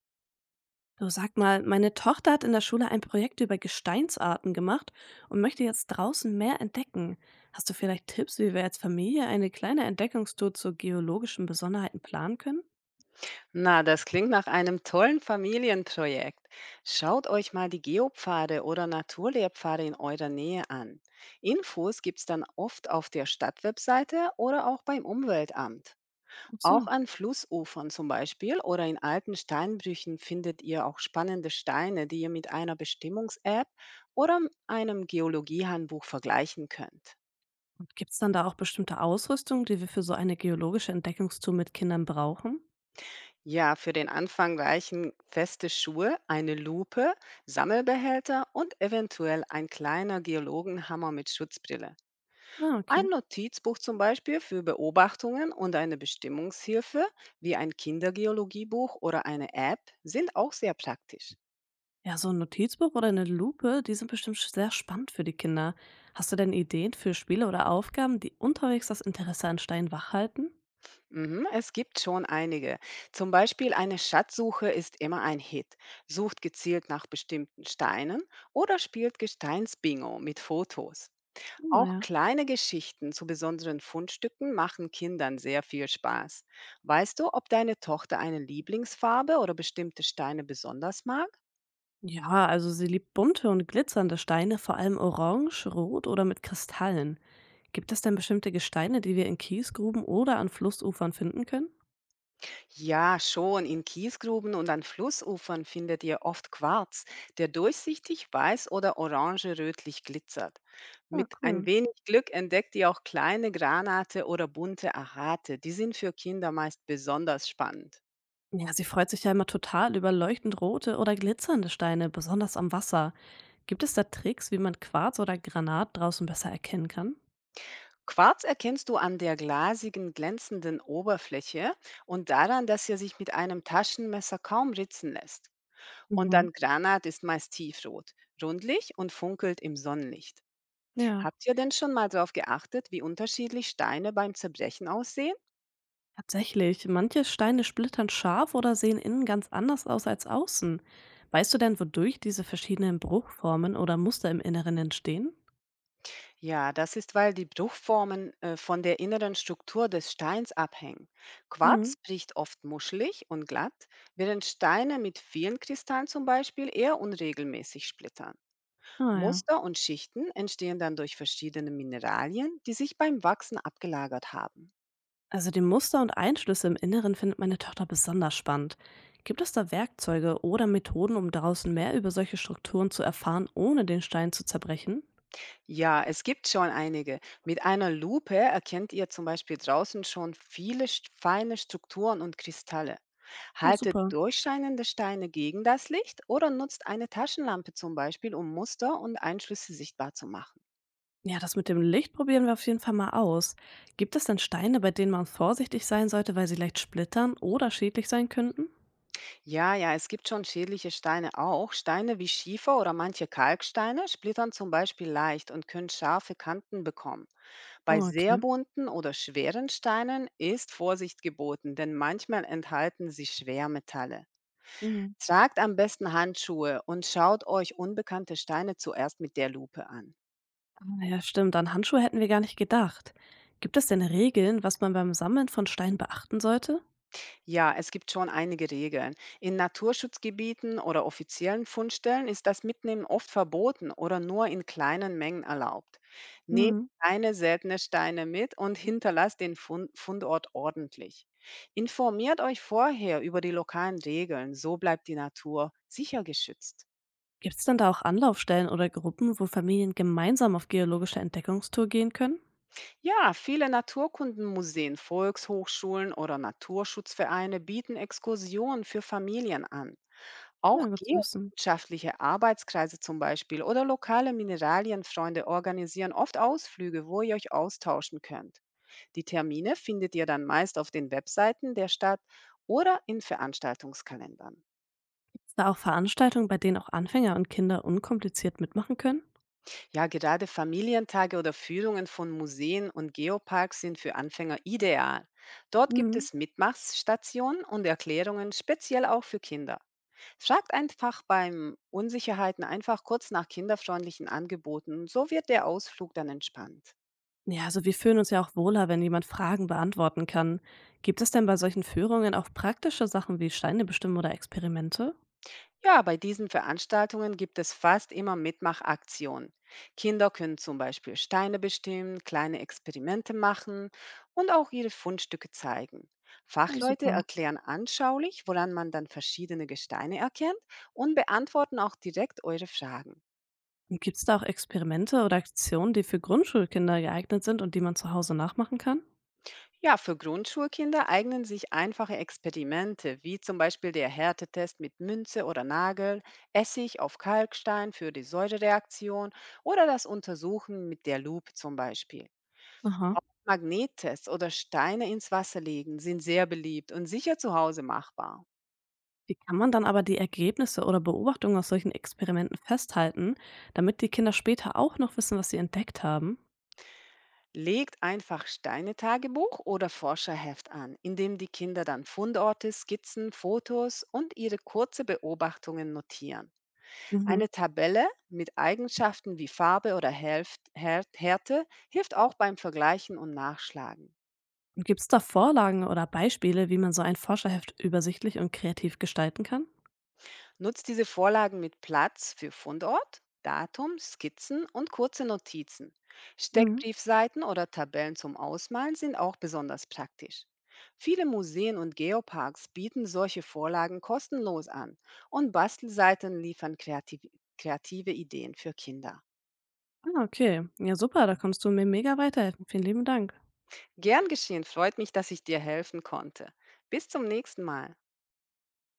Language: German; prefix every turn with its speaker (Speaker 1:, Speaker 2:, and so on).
Speaker 1: Du, sag mal, meine Tochter hat in der Schule ein Projekt über Gesteinsarten gemacht und möchte jetzt draußen mehr entdecken. Hast du vielleicht Tipps, wie wir als Familie eine kleine Entdeckungstour zu geologischen Besonderheiten planen können?
Speaker 2: Na, das klingt nach einem tollen Familienprojekt. Schaut euch mal die Geopfade oder Naturlehrpfade in eurer Nähe an. Infos gibt's dann oft auf der Stadtwebseite oder auch beim Umweltamt.
Speaker 1: Ach
Speaker 2: Auch
Speaker 1: so.
Speaker 2: an Flussufern zum Beispiel oder in alten Steinbrüchen findet ihr auch spannende Steine, die ihr mit einer Bestimmungs-App oder einem Geologiehandbuch vergleichen könnt.
Speaker 1: Und gibt's dann da auch bestimmte Ausrüstung, die wir für so eine geologische Entdeckungstour mit Kindern brauchen?
Speaker 2: Ja, für den Anfang reichen feste Schuhe, eine Lupe, Sammelbehälter und eventuell ein kleiner Geologenhammer mit Schutzbrille.
Speaker 1: Ah,
Speaker 2: Ein
Speaker 1: okay.
Speaker 2: Notizbuch zum Beispiel für Beobachtungen und eine Bestimmungshilfe wie ein Kindergeologiebuch oder eine App sind auch sehr praktisch.
Speaker 1: Ja, so ein Notizbuch oder eine Lupe, die sind bestimmt sehr spannend für die Kinder. Hast du denn Ideen für Spiele oder Aufgaben, die unterwegs das Interesse an Stein wachhalten?
Speaker 2: Mhm, es gibt schon einige. Zum Beispiel eine Schatzsuche ist immer ein Hit. Sucht gezielt nach bestimmten Steinen oder spielt Gesteinsbingo mit Fotos. Auch
Speaker 1: Naja.
Speaker 2: kleine Geschichten zu besonderen Fundstücken machen Kindern sehr viel Spaß. Weißt du, ob deine Tochter eine Lieblingsfarbe oder bestimmte Steine besonders mag?
Speaker 1: Ja, also sie liebt bunte und glitzernde Steine, vor allem orange, rot oder mit Kristallen. Gibt es denn bestimmte Gesteine, die wir in Kiesgruben oder an Flussufern finden können?
Speaker 2: Ja, schon. In Kiesgruben und an Flussufern findet ihr oft Quarz, der durchsichtig weiß oder orange-rötlich glitzert.
Speaker 1: Ah,
Speaker 2: Mit ein
Speaker 1: cool.
Speaker 2: wenig Glück entdeckt ihr auch kleine Granate oder bunte Ahrate. Die sind für Kinder meist besonders spannend.
Speaker 1: Ja, sie freut sich ja immer total über leuchtend rote oder glitzernde Steine, besonders am Wasser. Gibt es da Tricks, wie man Quarz oder Granat draußen besser erkennen kann?
Speaker 2: Quarz erkennst du an der glasigen, glänzenden Oberfläche und daran, dass er sich mit einem Taschenmesser kaum ritzen lässt. Und
Speaker 1: Mhm.
Speaker 2: dann Granat ist meist tiefrot, rundlich und funkelt im Sonnenlicht.
Speaker 1: Ja,
Speaker 2: Habt ihr denn schon mal darauf geachtet, wie unterschiedlich Steine beim Zerbrechen aussehen?
Speaker 1: tatsächlich, manche Steine splittern scharf oder sehen innen ganz anders aus als außen. Weißt du denn, wodurch diese verschiedenen Bruchformen oder Muster im Inneren entstehen?
Speaker 2: Ja, das ist, weil die Bruchformen von der inneren Struktur des Steins abhängen. Quarz
Speaker 1: Mhm.
Speaker 2: bricht oft muschelig und glatt, während Steine mit vielen Kristallen zum Beispiel eher unregelmäßig splittern.
Speaker 1: Ah ja.
Speaker 2: Muster und Schichten entstehen dann durch verschiedene Mineralien, die sich beim Wachsen abgelagert haben.
Speaker 1: Also die Muster und Einschlüsse im Inneren findet meine Tochter besonders spannend. Gibt es da Werkzeuge oder Methoden, um draußen mehr über solche Strukturen zu erfahren, ohne den Stein zu zerbrechen?
Speaker 2: Ja, es gibt schon einige. Mit einer Lupe erkennt ihr zum Beispiel draußen schon viele feine Strukturen und Kristalle.
Speaker 1: Ah,
Speaker 2: Haltet
Speaker 1: super.
Speaker 2: durchscheinende Steine gegen das Licht oder nutzt eine Taschenlampe zum Beispiel, um Muster und Einschlüsse sichtbar zu machen.
Speaker 1: Ja, das mit dem Licht probieren wir auf jeden Fall mal aus. Gibt es denn Steine, bei denen man vorsichtig sein sollte, weil sie leicht splittern oder schädlich sein könnten?
Speaker 2: Ja, ja, es gibt schon schädliche Steine auch. Steine wie Schiefer oder manche Kalksteine splittern zum Beispiel leicht und können scharfe Kanten bekommen. Bei
Speaker 1: Oh,
Speaker 2: sehr
Speaker 1: okay.
Speaker 2: bunten oder schweren Steinen ist Vorsicht geboten, denn manchmal enthalten sie Schwermetalle.
Speaker 1: Mhm.
Speaker 2: Tragt am besten Handschuhe und schaut euch unbekannte Steine zuerst mit der Lupe an.
Speaker 1: Ah, ja, stimmt. An Handschuhe hätten wir gar nicht gedacht. Gibt es denn Regeln, was man beim Sammeln von Steinen beachten sollte?
Speaker 2: Ja, es gibt schon einige Regeln. In Naturschutzgebieten oder offiziellen Fundstellen ist das Mitnehmen oft verboten oder nur in kleinen Mengen erlaubt. Nehmt
Speaker 1: Mhm.
Speaker 2: keine seltene Steine mit und hinterlasst den Fundort ordentlich. Informiert euch vorher über die lokalen Regeln, so bleibt die Natur sicher geschützt.
Speaker 1: Gibt es denn da auch Anlaufstellen oder Gruppen, wo Familien gemeinsam auf geologische Entdeckungstour gehen können?
Speaker 2: Ja, viele Naturkundenmuseen, Volkshochschulen oder Naturschutzvereine bieten Exkursionen für Familien an. Auch
Speaker 1: Ja, gut zu wissen.
Speaker 2: geowissenschaftliche Arbeitskreise zum Beispiel oder lokale Mineralienfreunde organisieren oft Ausflüge, wo ihr euch austauschen könnt. Die Termine findet ihr dann meist auf den Webseiten der Stadt oder in Veranstaltungskalendern.
Speaker 1: Gibt es da auch Veranstaltungen, bei denen auch Anfänger und Kinder unkompliziert mitmachen können?
Speaker 2: Ja, gerade Familientage oder Führungen von Museen und Geoparks sind für Anfänger ideal. Dort gibt
Speaker 1: Mhm.
Speaker 2: es Mitmachsstationen und Erklärungen, speziell auch für Kinder. Fragt einfach beim Unsicherheiten einfach kurz nach kinderfreundlichen Angeboten, so wird der Ausflug dann entspannt.
Speaker 1: Ja, also wir fühlen uns ja auch wohler, wenn jemand Fragen beantworten kann. Gibt es denn bei solchen Führungen auch praktische Sachen wie Steine bestimmen oder Experimente?
Speaker 2: Ja, bei diesen Veranstaltungen gibt es fast immer Mitmachaktionen. Kinder können zum Beispiel Steine bestimmen, kleine Experimente machen und auch ihre Fundstücke zeigen.
Speaker 1: Oh,
Speaker 2: Fachleute
Speaker 1: super.
Speaker 2: erklären anschaulich, woran man dann verschiedene Gesteine erkennt und beantworten auch direkt eure Fragen.
Speaker 1: Gibt es da auch Experimente oder Aktionen, die für Grundschulkinder geeignet sind und die man zu Hause nachmachen kann?
Speaker 2: Ja, für Grundschulkinder eignen sich einfache Experimente, wie zum Beispiel der Härtetest mit Münze oder Nagel, Essig auf Kalkstein für die Säurereaktion oder das Untersuchen mit der Lupe zum Beispiel.
Speaker 1: Aha.
Speaker 2: Magnettests oder Steine ins Wasser legen sind sehr beliebt und sicher zu Hause machbar.
Speaker 1: Wie kann man dann aber die Ergebnisse oder Beobachtungen aus solchen Experimenten festhalten, damit die Kinder später auch noch wissen, was sie entdeckt haben?
Speaker 2: Legt einfach Steine-Tagebuch oder Forscherheft an, in dem die Kinder dann Fundorte, Skizzen, Fotos und ihre kurze Beobachtungen notieren.
Speaker 1: Mhm.
Speaker 2: Eine Tabelle mit Eigenschaften wie Farbe oder Härte hilft auch beim Vergleichen und Nachschlagen.
Speaker 1: Und gibt es da Vorlagen oder Beispiele, wie man so ein Forscherheft übersichtlich und kreativ gestalten kann?
Speaker 2: Nutzt diese Vorlagen mit Platz für Fundort, Datum, Skizzen und kurze Notizen.
Speaker 1: Mhm.
Speaker 2: Steckbriefseiten oder Tabellen zum Ausmalen sind auch besonders praktisch. Viele Museen und Geoparks bieten solche Vorlagen kostenlos an und Bastelseiten liefern kreative Ideen für Kinder.
Speaker 1: Ah, okay. Ja, super, da konntest du mir mega weiterhelfen. Vielen lieben Dank.
Speaker 2: Gern geschehen, freut mich, dass ich dir helfen konnte. Bis zum nächsten Mal.